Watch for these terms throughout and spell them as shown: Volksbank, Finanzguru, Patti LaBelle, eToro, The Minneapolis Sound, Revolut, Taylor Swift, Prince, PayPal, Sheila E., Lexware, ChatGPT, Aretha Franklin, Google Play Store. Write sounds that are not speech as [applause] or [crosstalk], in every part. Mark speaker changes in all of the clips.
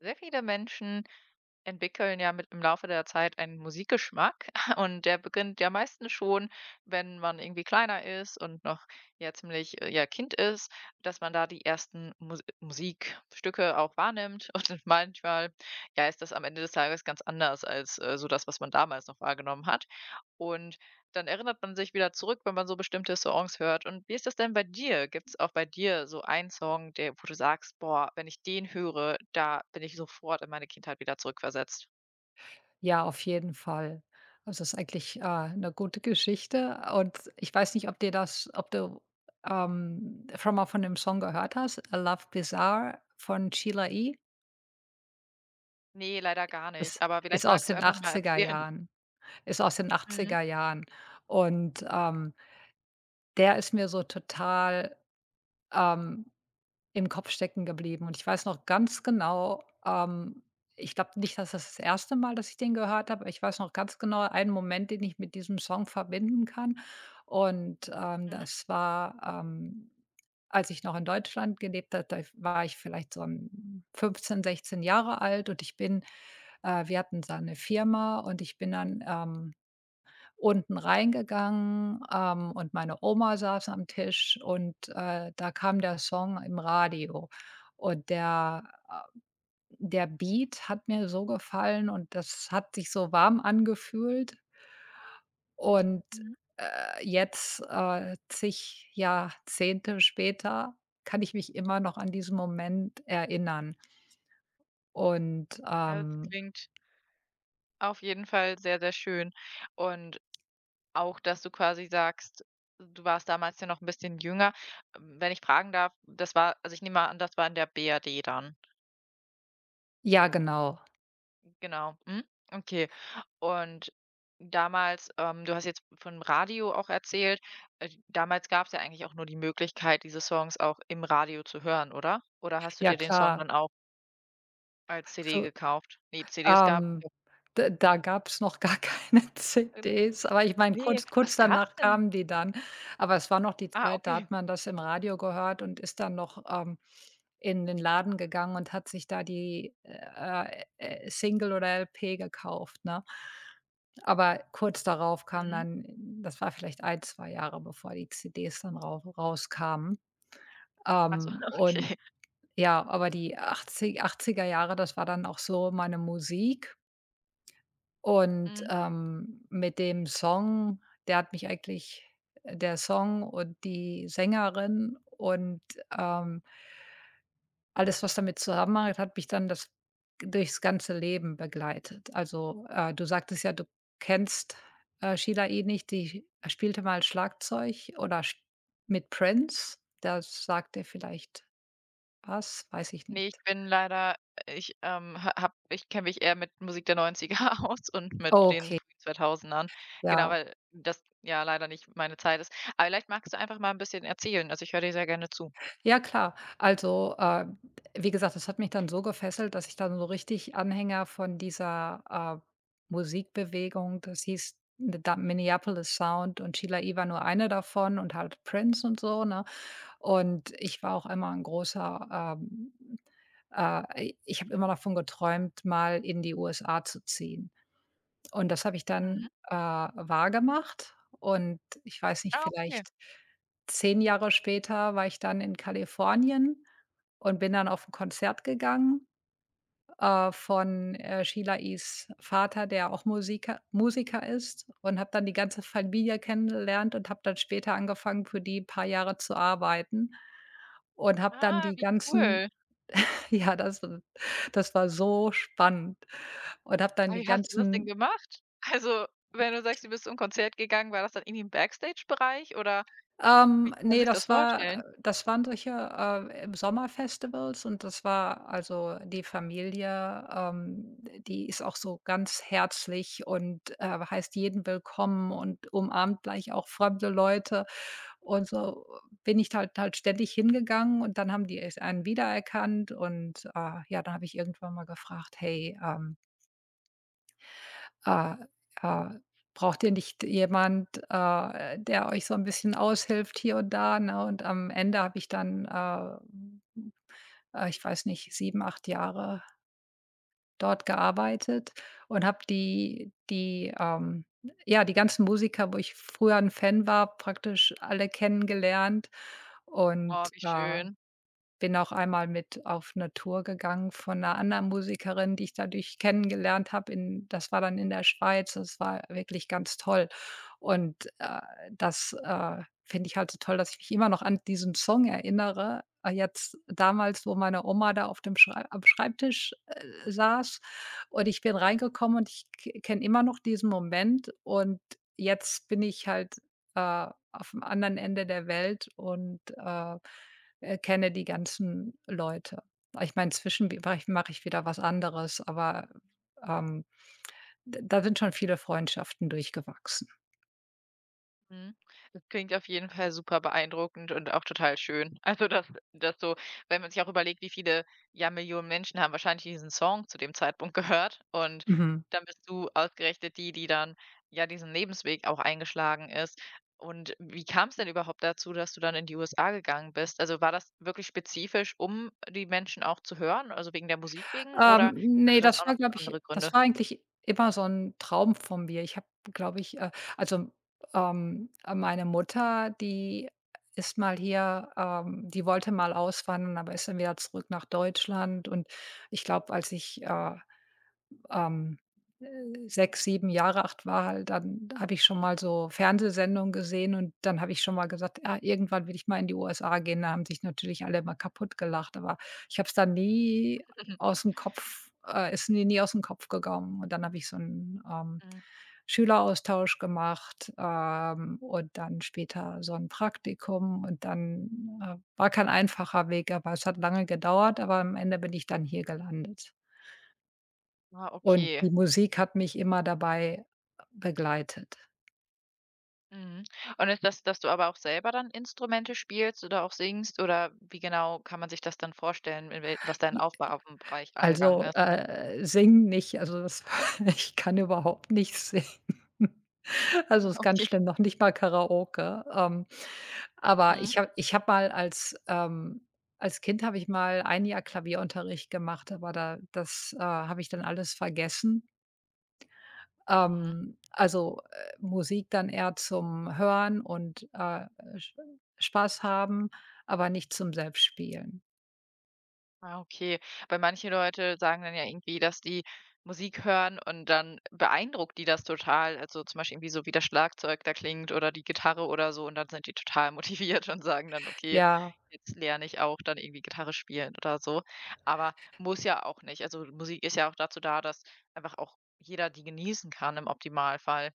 Speaker 1: Sehr viele Menschen entwickeln ja mit im Laufe der Zeit einen Musikgeschmack [laughs] und der beginnt ja meistens schon, wenn man irgendwie kleiner ist und noch ja ziemlich ja Kind ist, dass man da die ersten Musikstücke auch wahrnimmt [laughs] und manchmal ja ist das am Ende des Tages ganz anders als so das, was man damals noch wahrgenommen hat und dann erinnert man sich wieder zurück, wenn man so bestimmte Songs hört. Und wie ist das denn bei dir? Gibt es auch bei dir so einen Song, der wo du sagst: „Boah, wenn ich den höre, da bin ich sofort in meine Kindheit wieder zurückversetzt?“
Speaker 2: Ja, auf jeden Fall. Also, es ist eigentlich, 'ne gute Geschichte und ich weiß nicht, ob dir das ob du, schon mal von dem Song gehört hast, „A Love Bizarre" von Sheila E.
Speaker 1: Ne, leider gar nicht,
Speaker 2: Ist
Speaker 1: aber vielleicht
Speaker 2: ist aus
Speaker 1: magst du
Speaker 2: den
Speaker 1: einfach mal
Speaker 2: achtziger
Speaker 1: erzählen.
Speaker 2: Jahren ist aus den
Speaker 1: Mhm,
Speaker 2: achtziger Jahren und der ist mir so total, ähm Im Kopf stecken geblieben, und ich weiß noch ganz genau, ich glaube nicht, dass das erste Mal, dass ich den gehört habe, aber ich weiß noch ganz genau einen Moment, den ich mit diesem Song verbinden kann. Und,
Speaker 1: mhm,
Speaker 2: das war, ähm, als ich noch in Deutschland gelebt habe, da war ich vielleicht so, 15, 16 Jahre alt und ich bin wir hatten so eine Firma und ich bin dann, unten reingegangen, und meine Oma saß am Tisch und, da kam der Song im Radio. Und der Beat hat mir so gefallen und das hat sich so warm angefühlt. Und,
Speaker 1: mhm.
Speaker 2: jetzt, zig Jahrzehnte später kann ich mich immer noch an diesen Moment erinnern. Und,
Speaker 1: Also,
Speaker 2: ähm
Speaker 1: klingt auf jeden Fall sehr, sehr schön. Und auch, dass du quasi sagst, du warst damals ja noch ein bisschen jünger. Wenn ich fragen darf, das war also, ich nehme mal an, das war in der BRD dann?
Speaker 2: ja, genau.
Speaker 1: Genau, mhm, okay. Und damals du hast jetzt vom Radio auch erzählt. Damals gab es ja eigentlich auch nur die Möglichkeit, diese Songs auch im Radio zu hören, oder? Oder hast du
Speaker 2: Ja
Speaker 1: dir den Song
Speaker 2: klar,
Speaker 1: dann auch als CD
Speaker 2: zu
Speaker 1: gekauft? Ne, CDs gab.
Speaker 2: Ähm, d da gab's noch gar [laughs] keine CDs, aber ich meine,
Speaker 1: Ne,
Speaker 2: kurz
Speaker 1: was
Speaker 2: kurz
Speaker 1: gab's
Speaker 2: danach
Speaker 1: denn?
Speaker 2: kamen die dann. Aber es war noch die
Speaker 1: Ah,
Speaker 2: Zeit, da
Speaker 1: okay.
Speaker 2: hat man das im Radio gehört und ist dann noch, in den Laden gegangen und hat sich da die, Single oder LP gekauft, ne? Aber kurz darauf kam
Speaker 1: Mhm.
Speaker 2: dann Das war vielleicht ein 2 Jahre, bevor die CDs dann rauskamen.
Speaker 1: Ach
Speaker 2: Ähm,
Speaker 1: [laughs]
Speaker 2: und
Speaker 1: okay.
Speaker 2: ja, aber die achtziger Jahre, das war dann auch so meine Musik. Und,
Speaker 1: Mhm.
Speaker 2: mit dem Song der hat mich eigentlich der Song und die Sängerin und, ähm, alles, was damit zusammenhängt, hat mich dann das durchs ganze Leben begleitet. Also, du sagtest ja, du kennst, Sheila E. nicht, die spielte mal Schlagzeug oder sch mit Prince. Das sagt er vielleicht was, weiß ich
Speaker 1: Ne, ich
Speaker 2: nicht.
Speaker 1: bin leider ich, ha habe ich kenne mich eher mit Musik der Neunziger [laughs] aus und mit den
Speaker 2: Okay,
Speaker 1: frühen 2000ern. Genau,
Speaker 2: ja.
Speaker 1: weil das ja leider nicht meine Zeit ist. Aber vielleicht magst du einfach mal ein bisschen erzählen. Also, ich höre dir sehr gerne zu.
Speaker 2: Ja klar. Also, wie gesagt, das hat mich dann so gefesselt, dass ich dann so richtig Anhänger von dieser, äh, Musikbewegung, das hieß The Da Minneapolis Sound und Sheila E. war nur eine davon und halt Prince und so, ne? Und ich war auch immer ein großer, ähm, ich habe immer davon geträumt, mal in die USA zu ziehen. Und das habe ich
Speaker 1: Mhm.
Speaker 2: dann, wahrgemacht, und ich weiß nicht,
Speaker 1: Ah, okay.
Speaker 2: vielleicht 10 Jahre später war ich dann in Kalifornien und bin dann auf ein Konzert gegangen, von, Sheila Is' Vater, der auch Musiker ist, und habe dann die ganze Familie kennengelernt und habe dann später angefangen, für die ein paar Jahre zu arbeiten und habe dann
Speaker 1: Ah,
Speaker 2: die
Speaker 1: wie
Speaker 2: ganzen
Speaker 1: cool.
Speaker 2: [laughs] ja, das war so spannend und habe dann
Speaker 1: Ah,
Speaker 2: die
Speaker 1: wie hast du das denn
Speaker 2: ganzen.
Speaker 1: gemacht? Also, wenn du sagst, du bist zum Konzert gegangen, war das dann irgendwie im Backstage-Bereich oder wie kann man
Speaker 2: Ne,
Speaker 1: sich das
Speaker 2: das
Speaker 1: vorstellen?
Speaker 2: war das waren solche, Sommerfestivals, und das war also die Familie, die ist auch so ganz herzlich und, heißt jeden willkommen und umarmt gleich auch fremde Leute. Und so bin ich halt ständig hingegangen und dann haben die es einen wiedererkannt, und, ja, dann habe ich irgendwann mal gefragt: „Hey, äh, äh, braucht ihr nicht jemand, der euch so ein bisschen aushilft hier und da, ne? Und am Ende habe ich dann, ich weiß nicht, 7, 8 Jahre dort gearbeitet und habe die ganzen Musiker, wo ich früher ein Fan war, praktisch alle kennengelernt, und,
Speaker 1: Oh, wie schön.
Speaker 2: bin auch einmal mit auf 'ne Tour gegangen von 'ner anderen Musikerin, die ich dadurch kennengelernt habe. In Das war dann in der Schweiz. Das war wirklich ganz toll. Und, das, finde ich halt so toll, dass ich mich immer noch an diesen Song erinnere. Jetzt, damals, wo meine Oma da auf dem Schrei am Schreibtisch, saß und ich bin reingekommen, und ich k kenne immer noch diesen Moment, und jetzt bin ich halt, aufm anderen Ende der Welt und, kenne die ganzen Leute. Ich meine, zwischen mache ich wieder was anderes, aber, ähm, d da sind schon viele Freundschaften durchgewachsen.
Speaker 1: Mhm. Das klingt auf jeden Fall super beeindruckend und auch total schön. [laughs] Also, dass dass so wenn man sich auch überlegt, wie viele, ja, Millionen Menschen haben wahrscheinlich diesen Song zu dem Zeitpunkt [laughs] gehört und
Speaker 2: Mhm.
Speaker 1: dann bist du ausgerechnet die, die dann, ja, diesen Lebensweg auch eingeschlagen ist. Und wie kam es denn überhaupt dazu, dass du dann in die USA gegangen bist? Also, war das wirklich spezifisch, um die Menschen auch zu hören, also wegen der Musik wegen oder hatte
Speaker 2: Ne,
Speaker 1: das
Speaker 2: das
Speaker 1: auch
Speaker 2: war,
Speaker 1: noch
Speaker 2: glaube ich
Speaker 1: andere Gründe?
Speaker 2: das war eigentlich immer so ein Traum von mir. Ich habe, glaube ich, also, meine Mutter, die ist mal hier, die wollte mal auswandern, aber ist dann wieder zurück nach Deutschland. Und ich glaube, als ich, ähm, 6, 7 Jahre alt war, halt, dann habe ich schon mal so Fernsehsendungen gesehen und dann habe ich schon mal gesagt: „Ah, irgendwann will ich mal in die USA gehen." Da haben sich natürlich alle immer kaputt gelacht, aber ich habe es dann nie
Speaker 1: [laughs]
Speaker 2: aus dem Kopf, ist mir nie aus dem Kopf gegangen. Und dann habe ich so einen,
Speaker 1: Mhm.
Speaker 2: Schüleraustausch gemacht, und dann später so ein Praktikum und dann, war kein einfacher Weg, aber es hat lange gedauert, aber am Ende bin ich dann hier gelandet.
Speaker 1: Ah,
Speaker 2: Und
Speaker 1: okay.
Speaker 2: die Musik hat mich immer dabei begleitet.
Speaker 1: Mhm. Und ist das, dass du aber auch selber dann Instrumente spielst oder auch singst oder wie genau kann man sich das dann vorstellen, in wel was dein
Speaker 2: J
Speaker 1: Aufgabenbereich angegangen
Speaker 2: Also,
Speaker 1: ist?
Speaker 2: singen nicht, also das [laughs] ich kann überhaupt nicht singen. [laughs] Also,
Speaker 1: [laughs]
Speaker 2: ist ganz
Speaker 1: Okay.
Speaker 2: schlimm, noch nicht mal Karaoke. Aber
Speaker 1: Mhm.
Speaker 2: ich habe mal als Kind habe ich mal ein Jahr Klavierunterricht gemacht, aber da das, habe ich dann alles vergessen.
Speaker 1: Mhm.
Speaker 2: Also, Musik dann eher zum Hören und, Sch Spaß haben, aber nicht zum Selbstspielen.
Speaker 1: Ah, okay. Weil manche Leute sagen dann ja irgendwie, dass die Musik hören und dann beeindruckt die das total. Also zum Beispiel irgendwie so, wie das Schlagzeug da klingt oder die Gitarre oder so und dann sind die total [laughs] motiviert und sagen dann, okay,
Speaker 2: Ja,
Speaker 1: jetzt lerne ich auch dann irgendwie Gitarre spielen oder so. Aber muss ja auch nicht. Also Musik ist ja auch dazu da, dass einfach auch jeder die genießen kann im Optimalfall.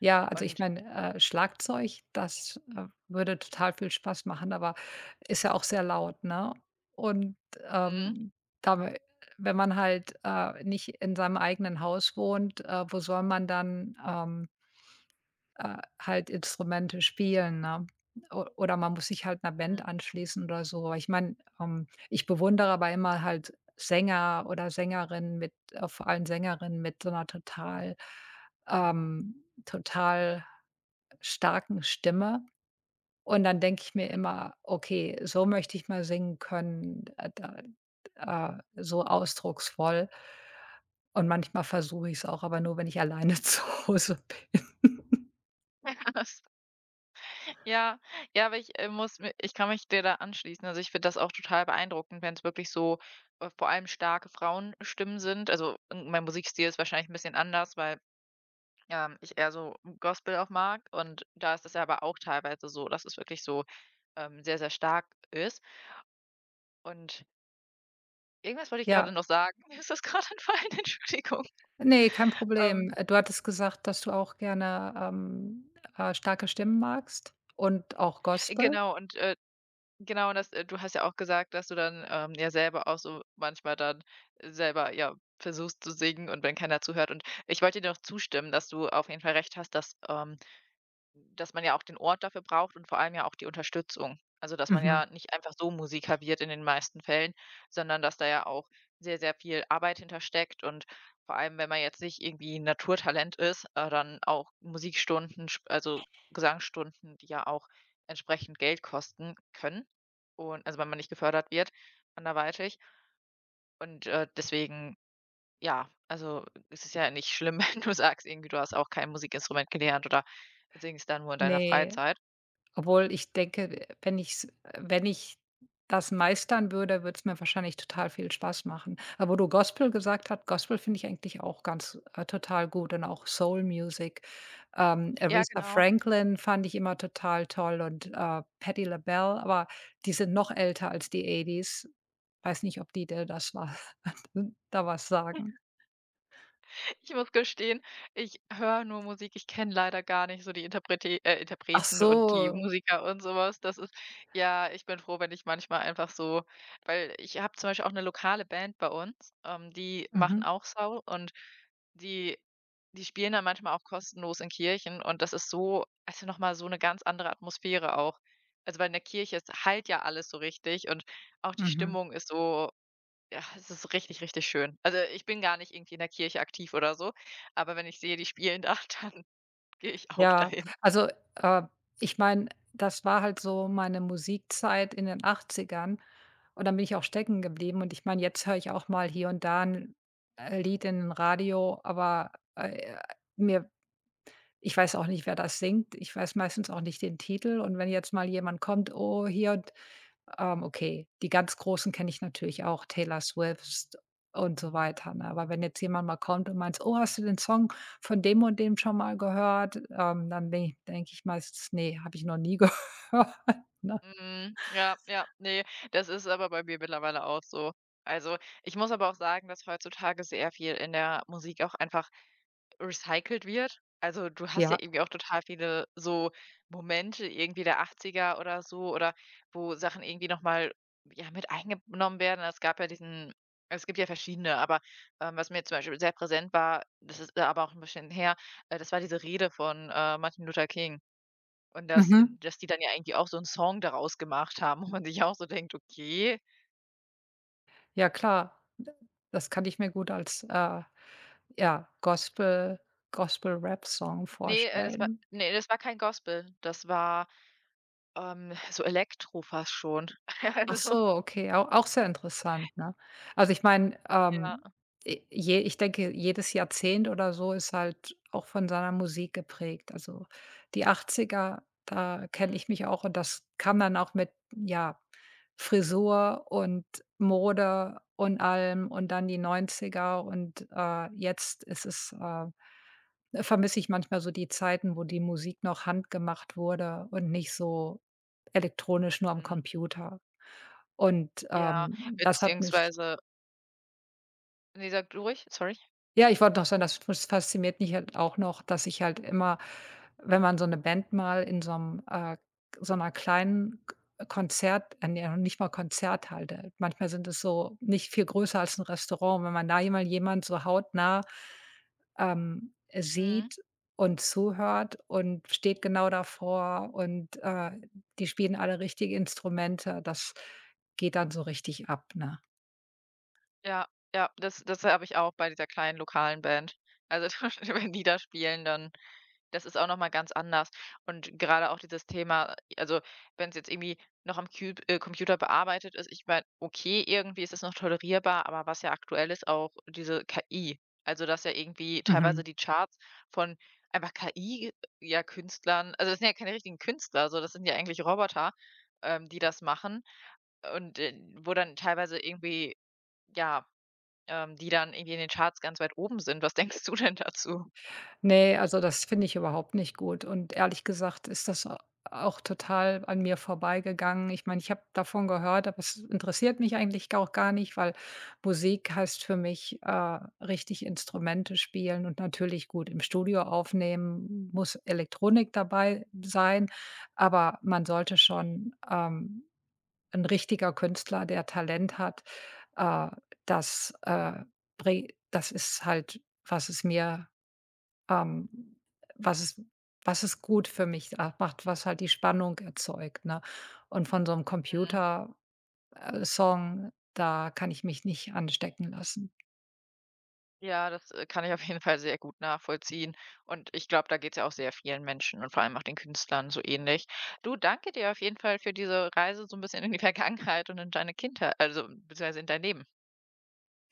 Speaker 2: ja, also ich
Speaker 1: Und
Speaker 2: meine, Schlagzeug, das, würde total viel Spaß machen, aber ist ja auch sehr laut, ne? Und,
Speaker 1: mhm.
Speaker 2: ähm, da wenn man halt, nicht in seinem eigenen Haus wohnt, wo soll man dann, halt Instrumente spielen, ne? O Oder man muss sich halt einer
Speaker 1: Mhm.
Speaker 2: Band anschließen oder so. Aber ich meine, ich bewundere aber immer halt Sänger oder Sängerinnen mit, vor allem Sängerinnen mit so einer total, total starken Stimme. Und dann denke ich mir immer: „Okay, so möchte ich mal singen können, da so ausdrucksvoll." Und manchmal versuche ich es auch, aber nur, wenn ich alleine [laughs] zu Hause bin.
Speaker 1: [laughs] Ja, ja, aber ich, muss mi ich kann mich dir da anschließen. Also, ich finde das auch total beeindruckend, wenn es wirklich so, vor allem starke Frauenstimmen sind. Also, m mein Musikstil ist wahrscheinlich ein bisschen anders, weil, ich eher so Gospel auch mag und da ist es ja aber auch teilweise so, dass es wirklich so, sehr, sehr stark ist. Und irgendwas wollte ich gerade
Speaker 2: Ja.
Speaker 1: noch sagen. [laughs] Mir ist das grade entfallen, [laughs] Entschuldigung.
Speaker 2: Ne, kein
Speaker 1: Ähm,
Speaker 2: Problem. Du hattest gesagt, dass du auch gerne, starke Stimmen magst und auch Gospel?
Speaker 1: genau und. Genau, und das du hast ja auch gesagt, dass du dann, ja selber auch so manchmal dann selber, ja, versuchst zu singen und wenn keiner zuhört und ich wollte dir doch zustimmen, dass du auf jeden Fall recht hast, dass dass man ja auch den Ort dafür braucht und vor allem ja auch die Unterstützung. Also, dass man
Speaker 2: Mhm.
Speaker 1: ja nicht einfach so Musik serviert in den meisten Fällen, sondern dass da ja auch sehr, sehr viel Arbeit hintersteckt und vor allem, wenn man jetzt nicht irgendwie 'n Naturtalent ist, dann auch Musikstunden, sp also Gesangsstunden, die ja auch entsprechend Geld kosten können und also wenn man nicht gefördert wird anderweitig. Und, deswegen, ja, also es ist ja nicht schlimm, [laughs] wenn du sagst, irgendwie, du hast auch kein Musikinstrument gelernt oder singst dann nur in deiner
Speaker 2: Ne,
Speaker 1: Freizeit.
Speaker 2: obwohl ich denke, wenn ich das meistern würde, würde es mir wahrscheinlich total viel Spaß machen. Aber wo du Gospel gesagt hast, Gospel finde ich eigentlich auch ganz, total gut, und auch Soul Music.
Speaker 1: Ja,
Speaker 2: Aretha
Speaker 1: genau.
Speaker 2: Franklin fand ich immer total toll und, Patti LaBelle, aber die sind noch älter als die 80er's. Weiß nicht, ob die dir das was [laughs] da was sagen.
Speaker 1: Ich muss gestehen, ich höre nur Musik. Ich kenne leider gar nicht so die
Speaker 2: Ach
Speaker 1: Interpreten und die
Speaker 2: so.
Speaker 1: Musiker und so was. Das ist ja, ich bin froh, wenn ich manchmal einfach so weil ich habe zum Beispiel auch eine lokale Band bei uns, die machen
Speaker 2: Mhm,
Speaker 1: auch Soul und die die spielen dann manchmal auch kostenlos in Kirchen und das ist so also, noch mal so eine ganz andere Atmosphäre auch. Also, weil in der Kirche, es hallt ja alles so richtig und auch die
Speaker 2: mhm.
Speaker 1: Stimmung ist so. Ja, es ist richtig, richtig schön. Also, ich bin gar nicht irgendwie in der Kirche aktiv oder so, aber wenn ich sehe, die spielen da, [laughs] dann gehe ich auch
Speaker 2: Ja,
Speaker 1: dahin.
Speaker 2: also, äh, ich meine, das war halt so meine Musikzeit in den Achtzigern, und dann bin ich auch stecken geblieben, und ich meine, jetzt höre ich auch mal hier und da ein, Lied in Radio, aber, mir ich weiß auch nicht, wer das singt. Ich weiß meistens auch nicht den Titel, und wenn jetzt mal jemand kommt: „Oh, hier", okay, die ganz Großen kenne ich natürlich auch, Taylor Swift und so weiter, ne? Aber wenn jetzt jemand mal kommt und meint: „Oh, hast du den Song von dem und dem schon mal gehört?" Dann bin ich denke denk ich meistens: „Nee, habe ich noch nie [laughs] gehört", ne?
Speaker 1: Mhm, ja, ja, nee, das ist aber bei mir mittlerweile auch so. Also, ich muss aber auch sagen, dass heutzutage sehr viel in der Musik auch einfach recycelt wird. Also, du hast ja
Speaker 2: Ja,
Speaker 1: irgendwie auch total viele so Momente irgendwie der 80er oder so oder wo Sachen irgendwie noch mal, ja, mit eingenommen werden. Es gibt ja verschiedene, aber, was mir zum Beispiel sehr präsent war, das ist aber auch ein bisschen her, das war diese Rede von, Martin Luther King und
Speaker 2: mhm,
Speaker 1: dass die dann ja irgendwie auch so 'n Song daraus gemacht haben, wo man sich auch so denkt: „Okay.“
Speaker 2: ja klar. Das kann ich mir gut als, ja, Gospel-Rap-Song
Speaker 1: Nee, das war
Speaker 2: vorstellen.
Speaker 1: nee, das war kein Gospel. Das war, so Elektro fast schon. [laughs]
Speaker 2: Ach
Speaker 1: Also
Speaker 2: so, okay, au auch sehr interessant, ne? Also, ich meine, e je ich denke, jedes Jahrzehnt oder so ist halt auch von seiner Musik geprägt. Also, die Achtziger, da kenne
Speaker 1: mhm,
Speaker 2: ich mich auch, und das kam dann auch mit, ja, Frisur und Mode und allem, und dann die Neunziger und, vermisse ich manchmal so die Zeiten, wo die Musik noch handgemacht wurde und nicht so elektronisch nur am
Speaker 1: mhm.
Speaker 2: Computer. Und,
Speaker 1: Ja,
Speaker 2: das hat mich
Speaker 1: beziehungsweise ne, sag du ruhig, sorry.
Speaker 2: ja, ich wollte noch sagen, das fasziniert mich halt auch noch, dass ich halt immer, wenn man so eine Band mal in so einem, so einer kleinen, K Konzert, ne, noch nicht mal Konzert halte, manchmal sind es so nicht viel größer als ein Restaurant. Wenn man da jemand so hautnah,
Speaker 1: Mhm.
Speaker 2: sieht und zuhört und steht genau davor und, die spielen alle richtige Instrumente, das geht dann so richtig ab, ne?
Speaker 1: Ja, ja, das habe ich auch bei dieser kleinen lokalen Band. Also, [laughs] wenn die da spielen, dann. Das ist auch noch mal ganz anders. Und gerade auch dieses Thema also, wenn es jetzt irgendwie noch am Cü Computer bearbeitet ist, ich meine, okay, irgendwie ist es noch tolerierbar, aber was ja aktuell ist, auch diese KI. Also, dass ja irgendwie teilweise
Speaker 2: Mhm.
Speaker 1: die Charts von einfach KI, ja, Künstlern also, das sind ja keine richtigen Künstler, so, das sind ja eigentlich Roboter, die das machen und, wo dann teilweise irgendwie, ja, die dann irgendwie in den Charts ganz weit oben sind. Was [laughs] denkst du denn dazu?
Speaker 2: Ne, also das finde ich überhaupt nicht gut, und ehrlich gesagt ist das a auch total an mir vorbeigegangen. Ich meine, ich habe davon gehört, aber es interessiert mich eigentlich auch gar nicht, weil Musik heißt für mich, richtig Instrumente spielen und natürlich gut im Studio aufnehmen, muss Elektronik dabei sein, aber man sollte schon, 'n richtiger Künstler, der Talent hat, äh, das, äh, das ist halt, was es mir ähm, was ist was ist gut für mich a macht, was halt die Spannung erzeugt, ne? Und von so einem Computer, Song, da kann ich mich nicht anstecken lassen.
Speaker 1: Ja, das, kann ich auf jeden Fall sehr gut nachvollziehen. Und ich glaube, da geht es ja auch sehr vielen Menschen und vor allem auch den Künstlern so ähnlich. Du, danke dir auf jeden Fall für diese Reise so ein bisschen in die [laughs] Vergangenheit und in deine Kindheit, also beziehungsweise in dein Leben.